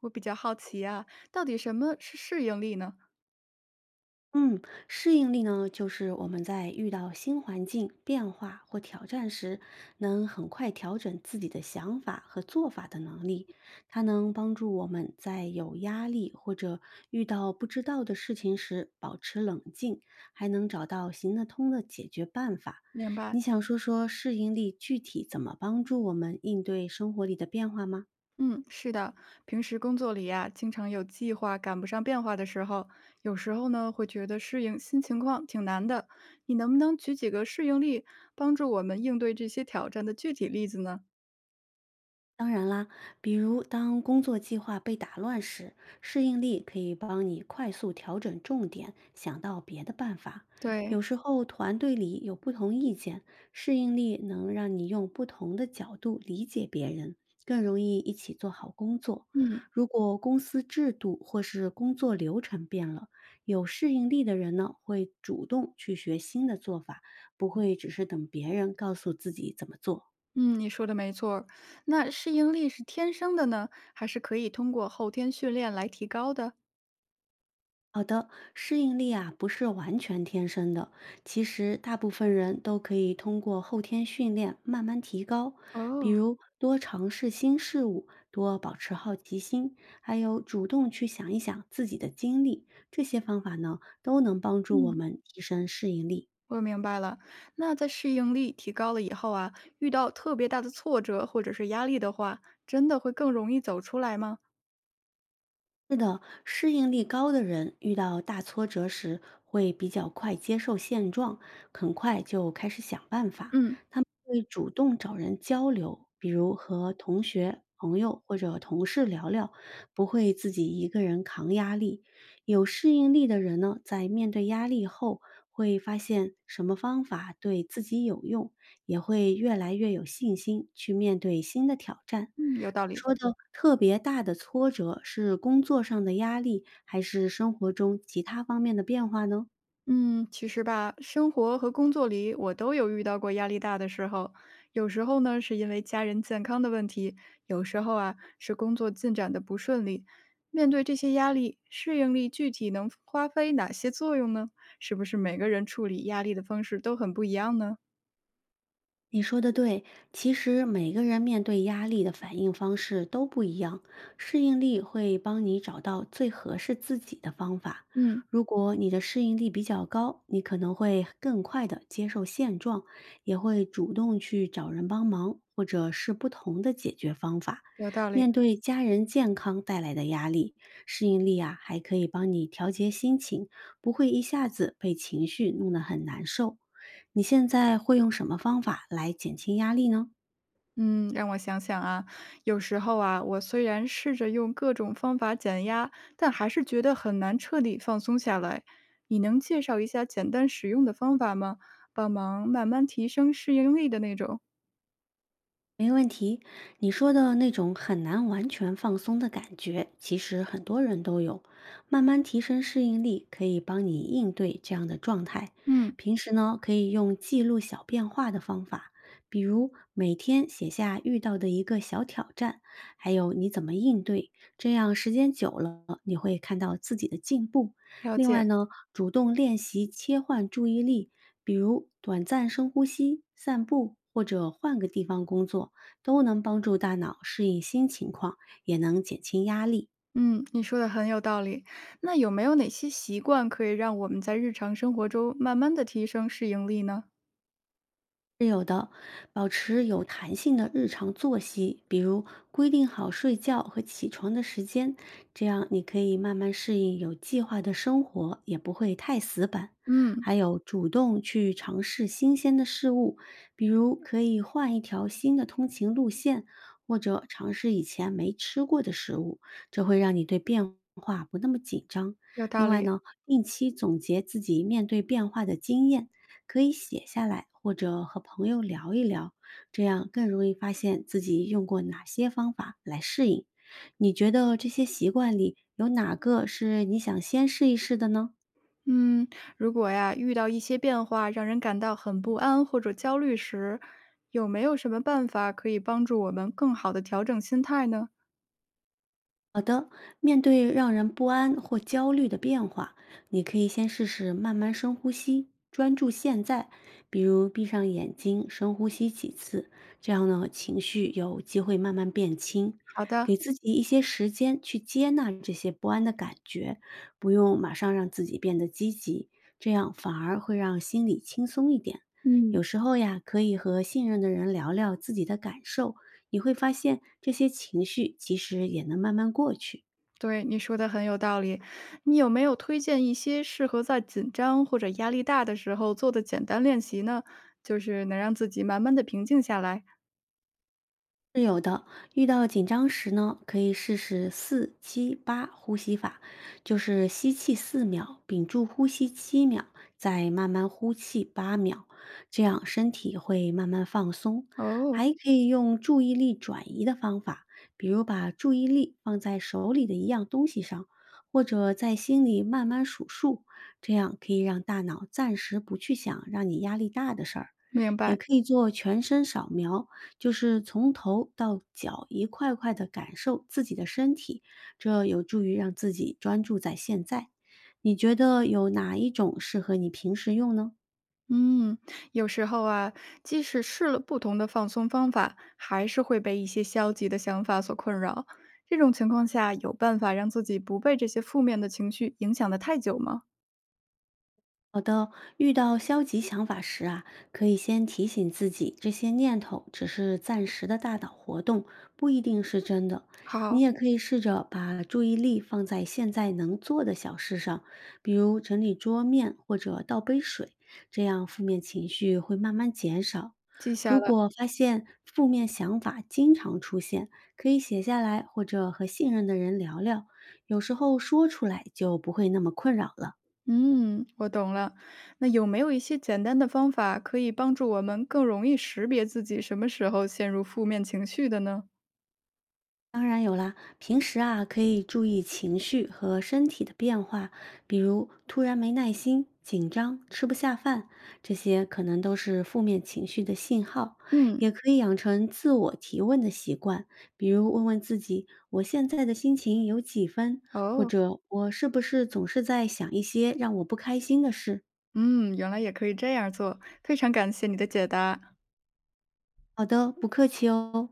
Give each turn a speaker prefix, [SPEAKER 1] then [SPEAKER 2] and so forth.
[SPEAKER 1] 我比较好奇啊，到底什么是适应力呢？
[SPEAKER 2] 嗯，适应力呢，就是我们在遇到新环境、变化或挑战时，能很快调整自己的想法和做法的能力。它能帮助我们在有压力或者遇到不知道的事情时保持冷静，还能找到行得通的解决办法。
[SPEAKER 1] 明白，
[SPEAKER 2] 你想说说适应力具体怎么帮助我们应对生活里的变化吗？
[SPEAKER 1] 嗯，是的，平时工作里呀、经常有计划赶不上变化的时候，有时候呢会觉得适应新情况挺难的。你能不能举几个适应力，帮助我们应对这些挑战的具体例子呢？
[SPEAKER 2] 当然啦，比如当工作计划被打乱时，适应力可以帮你快速调整重点，想到别的办法。有
[SPEAKER 1] 对，
[SPEAKER 2] 时候团队里有不同意见，适应力能让你用不同的角度理解别人，更容易一起做好工作。
[SPEAKER 1] 嗯
[SPEAKER 2] 如果公司制度或是工作流程变了，有适应力的人呢，会主动去学新的做法，不会只是等别人告诉自己怎么做。
[SPEAKER 1] 嗯，你说的没错儿那适应力是天生的呢，还是可以通过后天训练来提高的？
[SPEAKER 2] 好的，适应力啊不是完全天生的，其实大部分人都可以通过后天训练慢慢提高，比
[SPEAKER 1] 哦，
[SPEAKER 2] 如多尝试新事物，多保持好奇心，还有主动去想一想自己的经历，这些方法呢都能帮助我
[SPEAKER 1] 嗯。
[SPEAKER 2] 们提升适应力。
[SPEAKER 1] 我明白了，那在适应力提高了以后啊，遇到特别大的挫折或者是压力的话，真的会更容易走出来吗？
[SPEAKER 2] 是的，适应力高的人遇到大挫折时会比较快接受现状，很快就开始想办法。
[SPEAKER 1] 嗯，
[SPEAKER 2] 他们会主动找人交流，比如和同学、朋友或者同事聊聊，不会自己一个人扛压力。有适应力的人呢，在面对压力后，会发现什么方法对自己有用，也会越来越有信心去面对新的挑战。
[SPEAKER 1] 嗯，有道理。
[SPEAKER 2] 说的特别大的挫折是工作上的压力，还是生活中其他方面的变化呢？
[SPEAKER 1] 嗯，其实吧，生活和工作里我都有遇到过压力大的时候，有时候呢是因为家人健康的问题，有时候啊是工作进展的不顺利。面对这些压力，适应力具体能发挥哪些作用呢？是不是每个人处理压力的方式都很不一样呢？
[SPEAKER 2] 你说的对，其实每个人面对压力的反应方式都不一样，适应力会帮你找到最合适自己的方法。
[SPEAKER 1] 嗯，
[SPEAKER 2] 如果你的适应力比较高，你可能会更快的接受现状，也会主动去找人帮忙，或者是不同的解决方法。
[SPEAKER 1] 有道
[SPEAKER 2] 面
[SPEAKER 1] 理。
[SPEAKER 2] 对家人健康带来的压力，适应力啊还可以帮你调节心情，不会一下子被情绪弄得很难受。你现在会用什么方法来减轻压力呢？
[SPEAKER 1] 嗯，让我想想啊，有时候啊，我虽然试着用各种方法减压，但还是觉得很难彻底放松下来。你能介绍一下简单实用的方法吗？帮忙慢慢提升适应力的那种。
[SPEAKER 2] 没问题，你说的那种很难完全放松的感觉，其实很多人都有。慢慢提升适应力，可以帮你应对这样的状态。
[SPEAKER 1] 嗯，
[SPEAKER 2] 平时呢，可以用记录小变化的方法，比如每天写下遇到的一个小挑战，还有你怎么应对。这样时间久了，你会看到自己的进步。
[SPEAKER 1] 了
[SPEAKER 2] 另外
[SPEAKER 1] 解。
[SPEAKER 2] 呢，主动练习切换注意力，比如短暂深呼吸、散步，或者换个地方工作。都能帮助大脑适应新情况，也能减轻压力。
[SPEAKER 1] 嗯，你说的很有道理。那有没有哪些习惯可以让我们在日常生活中慢慢的提升适应力呢？
[SPEAKER 2] 是有的，保持有弹性的日常作息，比如规定好睡觉和起床的时间，这样你可以慢慢适应有计划的生活，也不会太死板。
[SPEAKER 1] 嗯，
[SPEAKER 2] 还有主动去尝试新鲜的事物，比如可以换一条新的通勤路线，或者尝试以前没吃过的食物，这会让你对变化不那么紧张。
[SPEAKER 1] 有道
[SPEAKER 2] 另外
[SPEAKER 1] 理。
[SPEAKER 2] 呢，定期总结自己面对变化的经验。可以写下来，或者和朋友聊一聊，这样更容易发现自己用过哪些方法来适应。你觉得这些习惯里有哪个是你想先试一试的呢？
[SPEAKER 1] 嗯，如果呀遇到一些变化，让人感到很不安或者焦虑时，有没有什么办法可以帮助我们更好的调整心态呢？
[SPEAKER 2] 好的，面对让人不安或焦虑的变化，你可以先试试慢慢深呼吸，专注现在，比如闭上眼睛，深呼吸几次，这样呢，情绪有机会慢慢变轻。
[SPEAKER 1] 好的，
[SPEAKER 2] 给自己一些时间去接纳这些不安的感觉，不用马上让自己变得积极，这样反而会让心里轻松一点。
[SPEAKER 1] 嗯，
[SPEAKER 2] 有时候呀，可以和信任的人聊聊自己的感受，你会发现这些情绪其实也能慢慢过去。
[SPEAKER 1] 对，你说的很有道理。你有没有推荐一些适合在紧张或者压力大的时候做的简单练习呢？就是能让自己慢慢的平静下来。
[SPEAKER 2] 是有的，遇到紧张时呢，可以试试四七八呼吸法，就是吸气4秒，屏住呼吸7秒，再慢慢呼气8秒，这样身体会慢慢放松。
[SPEAKER 1] 哦，
[SPEAKER 2] 还可以用注意力转移的方法，比如把注意力放在手里的一样东西上，或者在心里慢慢数数，这样可以让大脑暂时不去想让你压力大的事儿。
[SPEAKER 1] 明
[SPEAKER 2] 也
[SPEAKER 1] 白。
[SPEAKER 2] 可以做全身扫描，就是从头到脚一块块的感受自己的身体，这有助于让自己专注在现在。你觉得有哪一种适合你平时用呢？
[SPEAKER 1] 嗯，有时候啊，即使试了不同的放松方法，还是会被一些消极的想法所困扰。这种情况下，有办法让自己不被这些负面的情绪影响的太久吗？
[SPEAKER 2] 好的，遇到消极想法时啊，可以先提醒自己，这些念头只是暂时的大脑活动，不一定是真的。你
[SPEAKER 1] 好，
[SPEAKER 2] 也可以试着把注意力放在现在能做的小事上，比如整理桌面或者倒杯水，这样负面情绪会慢慢减少。
[SPEAKER 1] 记下
[SPEAKER 2] 如
[SPEAKER 1] 了。
[SPEAKER 2] 果发现负面想法经常出现，可以写下来或者和信任的人聊聊，有时候说出来就不会那么困扰了。
[SPEAKER 1] 嗯，我懂了。那有没有一些简单的方法可以帮助我们更容易识别自己什么时候陷入负面情绪的呢？
[SPEAKER 2] 当然有啦，平时啊可以注意情绪和身体的变化，比如突然没耐心、紧张、吃不下饭，这些可能都是负面情绪的信号。
[SPEAKER 1] 嗯，
[SPEAKER 2] 也可以养成自我提问的习惯，比如问问自己：我现在的心情有几分？或
[SPEAKER 1] 哦，
[SPEAKER 2] 者我是不是总是在想一些让我不开心的事？
[SPEAKER 1] 嗯，原来也可以这样做，非常感谢你的解答。
[SPEAKER 2] 好的，不客气哦。